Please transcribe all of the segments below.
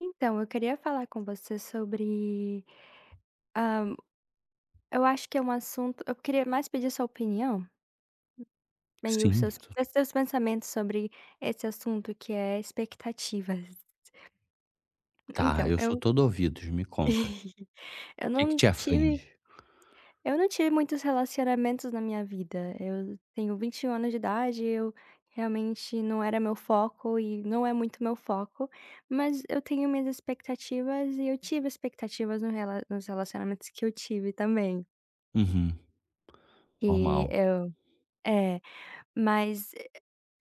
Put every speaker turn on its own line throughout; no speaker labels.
Então, eu queria falar com você sobre, hã, eu acho que é um assunto eu queria mais pedir sua opinião, né, e os
Sim,
seus
tu
os seus pensamentos sobre esse assunto, que é expectativas.
tá,
Então,
eu sou
eu
todo ouvidos, me conta.
eu
O que que
não
te
tive
aflige?
eu não tive muitos relacionamentos na minha vida. Eu tenho 21 anos de idade, eu realmente não era meu foco e não é muito meu foco, mas eu tenho minhas expectativas e eu tive expectativas no rela nos relacionamentos que eu tive também.
Uhum,
Que
normal.
eu é, mas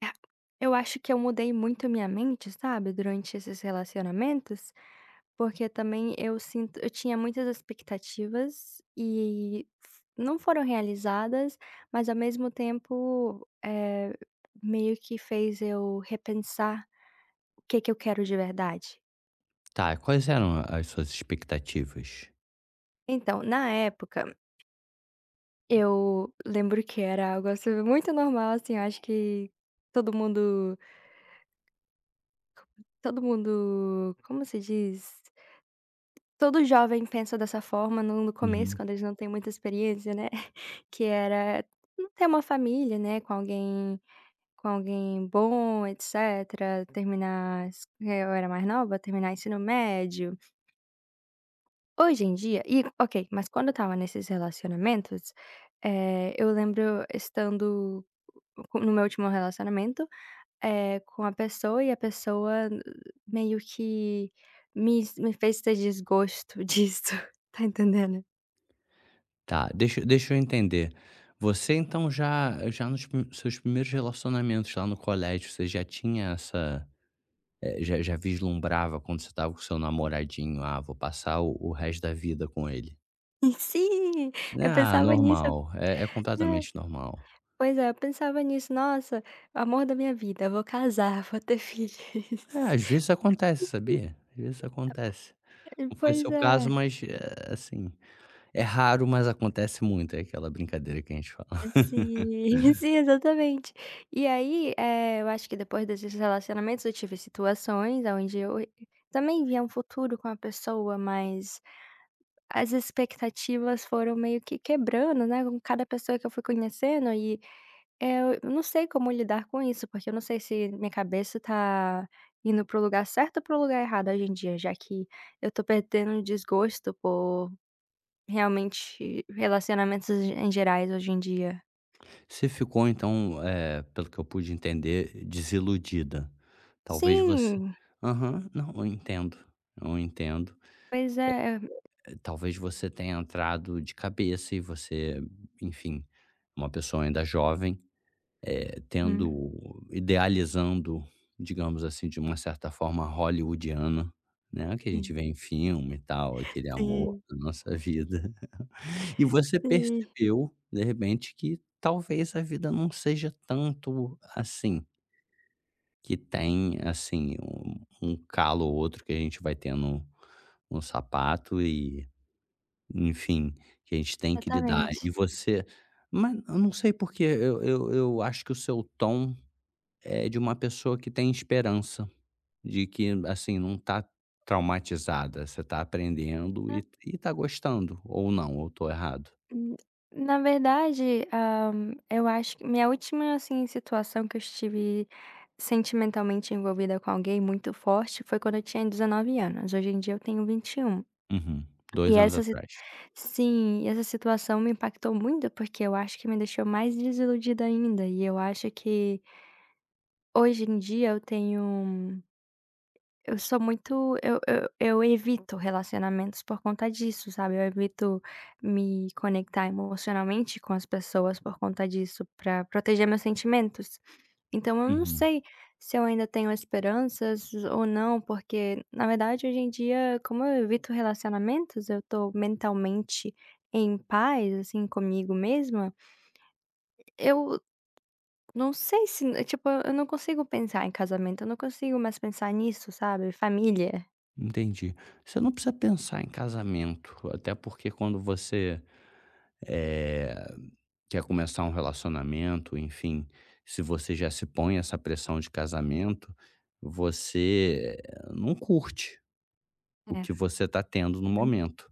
ah, eu acho que eu mudei muito a minha mente, sabe, durante esses relacionamentos, porque também eu sinto eu tinha muitas expectativas e f não foram realizadas, mas ao mesmo tempo, meio que fez eu repensar o que que eu quero de verdade.
Tá, quais eram as suas expectativas?
Então, na época, eu lembro que era algo, assim, muito normal, assim, eu acho que todo mundo todo mundo, como se diz? Todo jovem pensa dessa forma no começo,
Uhum.
quando eles não têm muita experiência, né, que era não ter uma família, né, com alguém bom, etcétera, eu era mais nova, terminar ensino médio. Hoje em dia e ok, mas quando eu estava nesses relacionamentos, eu lembro estando co no meu último relacionamento, com a pessoa, e a pessoa meio que me fez ter desgosto disso. Tá entendendo?
Tá, deixa eu entender, você então já nos pri seus primeiros relacionamentos lá no colégio, você já tinha essa, já vislumbrava quando você estava com seu namoradinho: "Ah, vou passar o resto da vida com ele"?
Sim, eu
Ah,
pensava nisso,
normal, é
né,
completamente normal.
pois é, eu pensava nisso: "Nossa, amor da minha vida, eu vou casar, vou ter
É,
filhos".
às vezes acontece, sabia? Às vezes acontece. Não foi
Pois
seu caso,
é.
mas, assim, é raro, mas acontece muito, é aquela brincadeira que a gente fala.
Sim, sim, exatamente. E aí, eu acho que depois desses relacionamentos eu tive situações onde eu também via um futuro com a pessoa, mas as expectativas foram meio que quebrando, né, com cada pessoa que eu fui conhecendo e é, eu não sei como lidar com isso, porque eu não sei se minha cabeça tá indo para o lugar certo ou para o lugar errado hoje em dia, já que eu tô perdendo desgosto por realmente relacionamentos em gerais hoje em dia.
Você ficou então, pelo que eu pude entender, desiludida. Talvez você
Sim,
aham, não, eu entendo, eu entendo.
pois é.
Talvez você tenha entrado de cabeça e você, enfim, uma pessoa ainda jovem,
Hum.
tendo idealizando, digamos assim, de uma certa forma hollywoodiana, né, que a gente vê em filme e tal, aquele amor
Sim,
da nossa vida. E você
sim.
percebeu, de repente, que talvez a vida não seja tanto assim, que tem, assim, um calo ou outro que a gente vai ter no no sapato e, enfim, que a gente tem que lidar.
Exatamente.
E você mas eu não sei porque eu acho que o seu tom é de uma pessoa que tem esperança, de que, assim, não tá traumatizada, você tá aprendendo e tá gostando, ou não, ou tô errado?
Hum, na verdade, eu acho que minha última, assim, situação que eu estive sentimentalmente envolvida com alguém muito forte foi quando eu tinha 19 anos. Hoje em dia eu tenho 21.
Uhum,
E
2
um. E
anos
essa si
atrás.
Sim, e essa situação me impactou muito, porque eu acho que me deixou mais desiludida ainda. E eu acho que hoje em dia eu tenho eu sou muito eu evito relacionamentos por conta disso, sabe, eu evito me conectar emocionalmente com as pessoas por conta disso, pra proteger meus sentimentos. Então eu não
Uhum,
sei se eu ainda tenho esperanças ou não, porque na verdade hoje em dia, como eu evito relacionamentos, eu tô mentalmente em paz, assim, comigo mesma. Eu não sei, se tipo, eu não consigo pensar em casamento, eu não consigo mais pensar nisso, sabe, família.
entendi. Você não precisa pensar em casamento, até porque quando você, eh, quer começar um relacionamento, enfim, se você já se põe essa pressão de casamento, você não curte o
É.
que você está tendo no momento,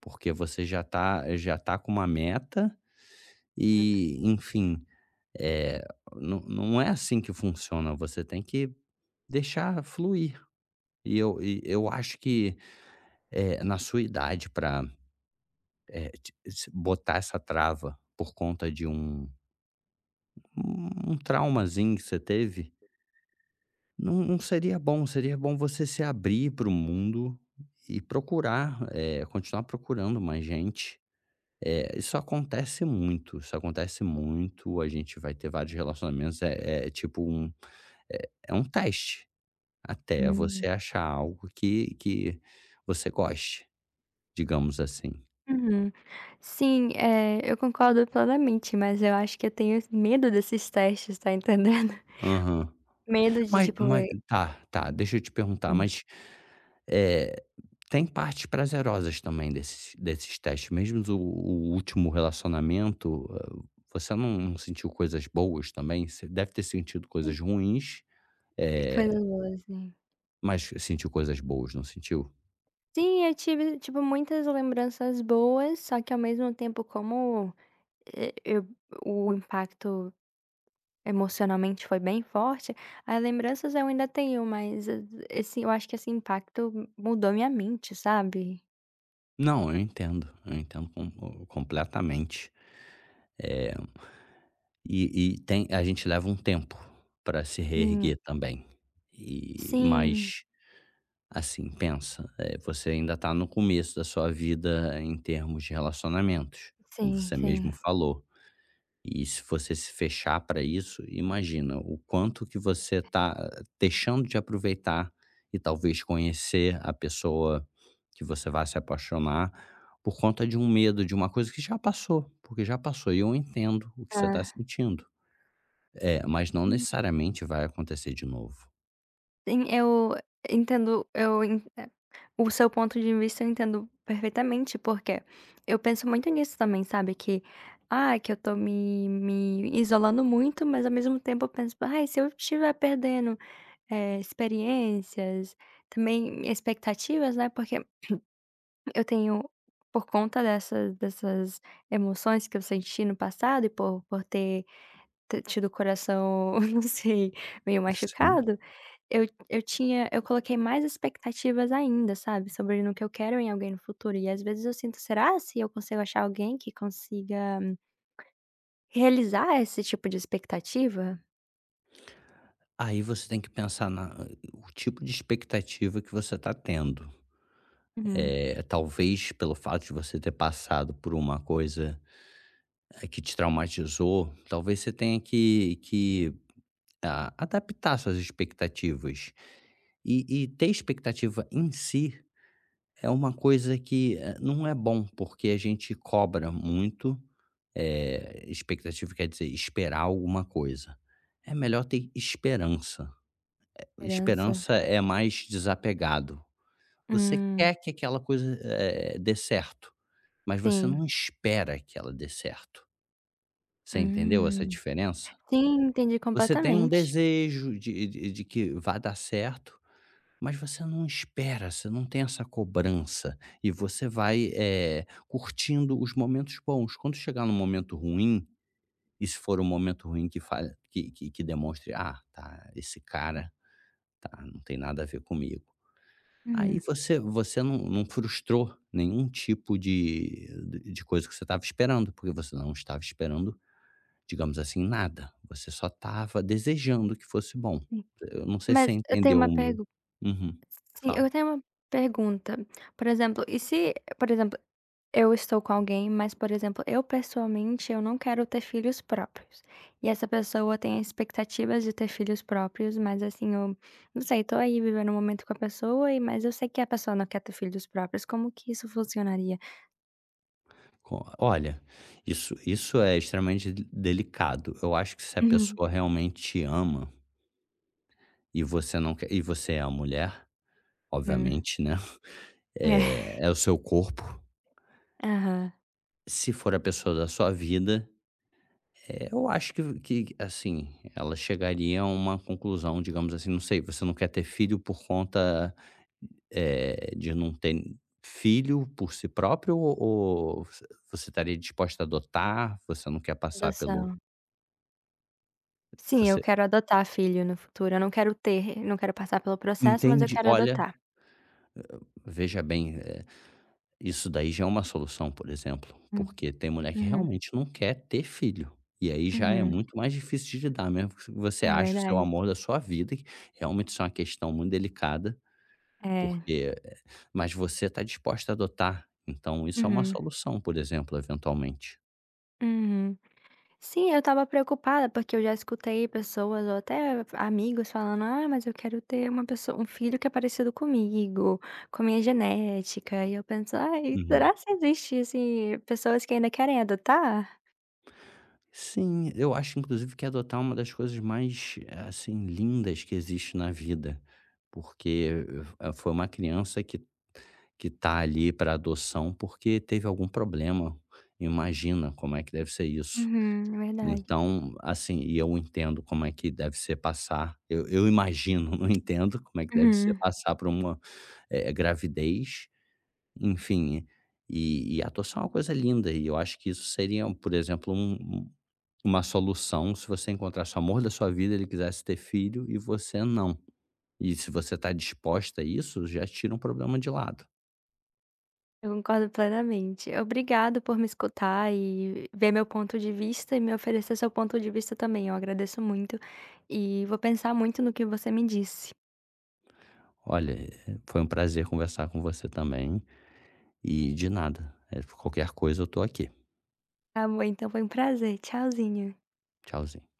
porque você já tá com uma meta
Hum.
e, enfim, eh, não não é assim que funciona, você tem que deixar fluir. E eu acho que na sua idade para botar essa trava por conta de um traumazinho que você teve, não não seria bom. Seria bom você se abrir para o mundo e procurar, continuar procurando mais gente. Isso acontece muito, isso acontece muito. A gente vai ter vários relacionamentos, é tipo um é um teste até
Hum,
você achar algo que você goste, digamos assim.
uhum. Sim, é, eu concordo plenamente, mas eu acho que eu tenho medo desses testes, tá entendendo?
Aham.
Medo de
Mas
tipo,
mas tá, tá, deixa eu te perguntar,
sim,
mas, eh, tem partes prazerosas também desses testes, mesmo o último relacionamento, hã, você não não sentiu coisas boas também? Você deve ter sentido coisas ruins, eh,
coisas boas, assim,
mas sentiu coisas boas, não sentiu?
sim, eu tive, tipo, muitas lembranças boas, só que ao mesmo tempo como e eu o impacto emocionalmente foi bem forte, as lembranças eu ainda tenho, mas e esse, eu acho que esse impacto mudou minha mente, sabe.
Não, eu entendo com completamente. Eh, e e tem a gente leva um tempo para se
Sim,
reerguer também, e
sim,
mas assim, pensa, você ainda está no começo da sua vida em termos de relacionamentos, como
sim,
você mesmo
sim.
falou. E se você se fechar para isso, imagina o quanto que você está deixando de aproveitar e talvez conhecer a pessoa que você vai se apaixonar por conta de um medo, de uma coisa que já passou, porque já passou e eu entendo o que você está
Hã.
sentindo. É, mas não necessariamente vai acontecer de novo.
Sim, eu entendo, eu en o seu ponto de vista eu entendo perfeitamente, porque eu penso muito nisso também, sabe, que, ah, que eu tô me isolando muito, mas ao mesmo tempo eu penso: "Ai, se eu estiver perdendo experiências, também expectativas, né, porque eu tenho, por conta dessas emoções que eu senti no passado e por ter t tido o coração, não sei, meio
Sim.
machucado, eu tinha, eu coloquei mais expectativas ainda, sabe, sobre no que eu quero em alguém no futuro e às vezes eu sinto: Será se eu consigo achar alguém que consiga realizar esse tipo de expectativa?"
Aí você tem que pensar na o tipo de expectativa que você está tendo.
Uhum.
É talvez pelo fato de você ter passado por uma coisa, que te traumatizou, talvez você tenha que a adaptar suas expectativas. E ter expectativa em si é uma coisa que, não é bom, porque a gente cobra muito, expectativa quer dizer esperar alguma coisa. É melhor ter esperança.
Esperança.
Esperança é mais desapegado. Você
Hum,
quer que aquela coisa, dê certo, mas você
sim.
não espera que ela dê certo. Você entendeu essa
Hum.
diferença?
Sim, entendi
Você tem um
completamente.
desejo de que vá dar certo, mas você não espera, você não tem essa cobrança e você vai, curtindo os momentos bons. Quando chegar no momento ruim, e se for um momento ruim que fale que demonstre: "Ah, tá, esse cara, tá, não tem nada a ver comigo". Aí
Uhum.
você não não frustrou nenhum tipo de coisa que você estava esperando, porque você não estava esperando, digamos assim, nada. Você só estava desejando que fosse bom. Eu não sei se você
Mas eu tenho
entendeu
uma
o meu
pergunta.
uhum.
Sim,
Fala.
eu tenho uma pergunta. Por exemplo, e se, por exemplo, eu estou com alguém, mas, por exemplo, eu pessoalmente eu não quero ter filhos próprios. E essa pessoa tem expectativas de ter filhos próprios, mas assim, eu não sei, tô aí vivendo um momento com a pessoa e, mas eu sei que a pessoa não quer ter filhos próprios, como que isso funcionaria?
Co olha, isso é extremamente de delicado. Eu acho que se a
Uhum.
pessoa realmente te ama e você não quer e você é a mulher,
Hum,
obviamente, né,
é.
é o seu corpo.
Aham.
Se for a pessoa da sua vida, é, eu acho que, assim, ela chegaria a uma conclusão, digamos assim, não sei, você não quer ter filho por conta, de não ter filho por si próprio ou você estaria disposta a adotar? Você não quer passar pelo
Adoção. Sim, eu
você
quero adotar filho no futuro, eu não quero ter, não quero passar pelo processo, mas eu
entende?
quero
Olha,
adotar.
veja bem, isso daí já é uma solução, por exemplo,
Hum,
porque tem mulher que
uhum,
realmente não quer ter filho, e aí já é
uhum,
muito mais difícil de lidar, mesmo que você
é
ache o seu
verdade.
amor da sua vida, que realmente isso é uma questão muito delicada,
É,
porque mas você está disposta a adotar, então isso é uma
uhum,
solução, por exemplo, eventualmente.
uhum. Sim, eu estava preocupada, porque eu já escutei pessoas ou até amigos falando: "Ah, mas eu quero ter uma pessoa, um filho que é parecido comigo, com a minha genética", e eu penso: "Ai,
Uhum.
será que existe, assim, pessoas que ainda querem adotar?".
Sim, eu acho inclusive que adotar é uma das coisas mais, assim, lindas que existe na vida, porque, foi uma criança que tá ali para adoção porque teve algum problema, imagina como é que deve ser isso.
Uhum, é verdade.
Então, assim, e eu entendo como é que deve ser passar eu imagino, não entendo como é que deve ser
Uhum.
passar por uma, gravidez enfim, e a atuação é uma coisa linda e eu acho que isso seria, por exemplo, um uma solução se você encontrasse o amor da sua vida, ele quisesse ter filho e você não. E se você está disposta a isso, já tira um problema de lado.
Eu concordo plenamente. Obrigado por me escutar e ver meu ponto de vista e me oferecer seu ponto de vista também. Eu agradeço muito e vou pensar muito no que você me disse.
Olha, foi um prazer conversar com você também e de nada, qualquer coisa eu estou aqui.
Tá bom, então foi um prazer. Tchauzinho.
Tchauzinho.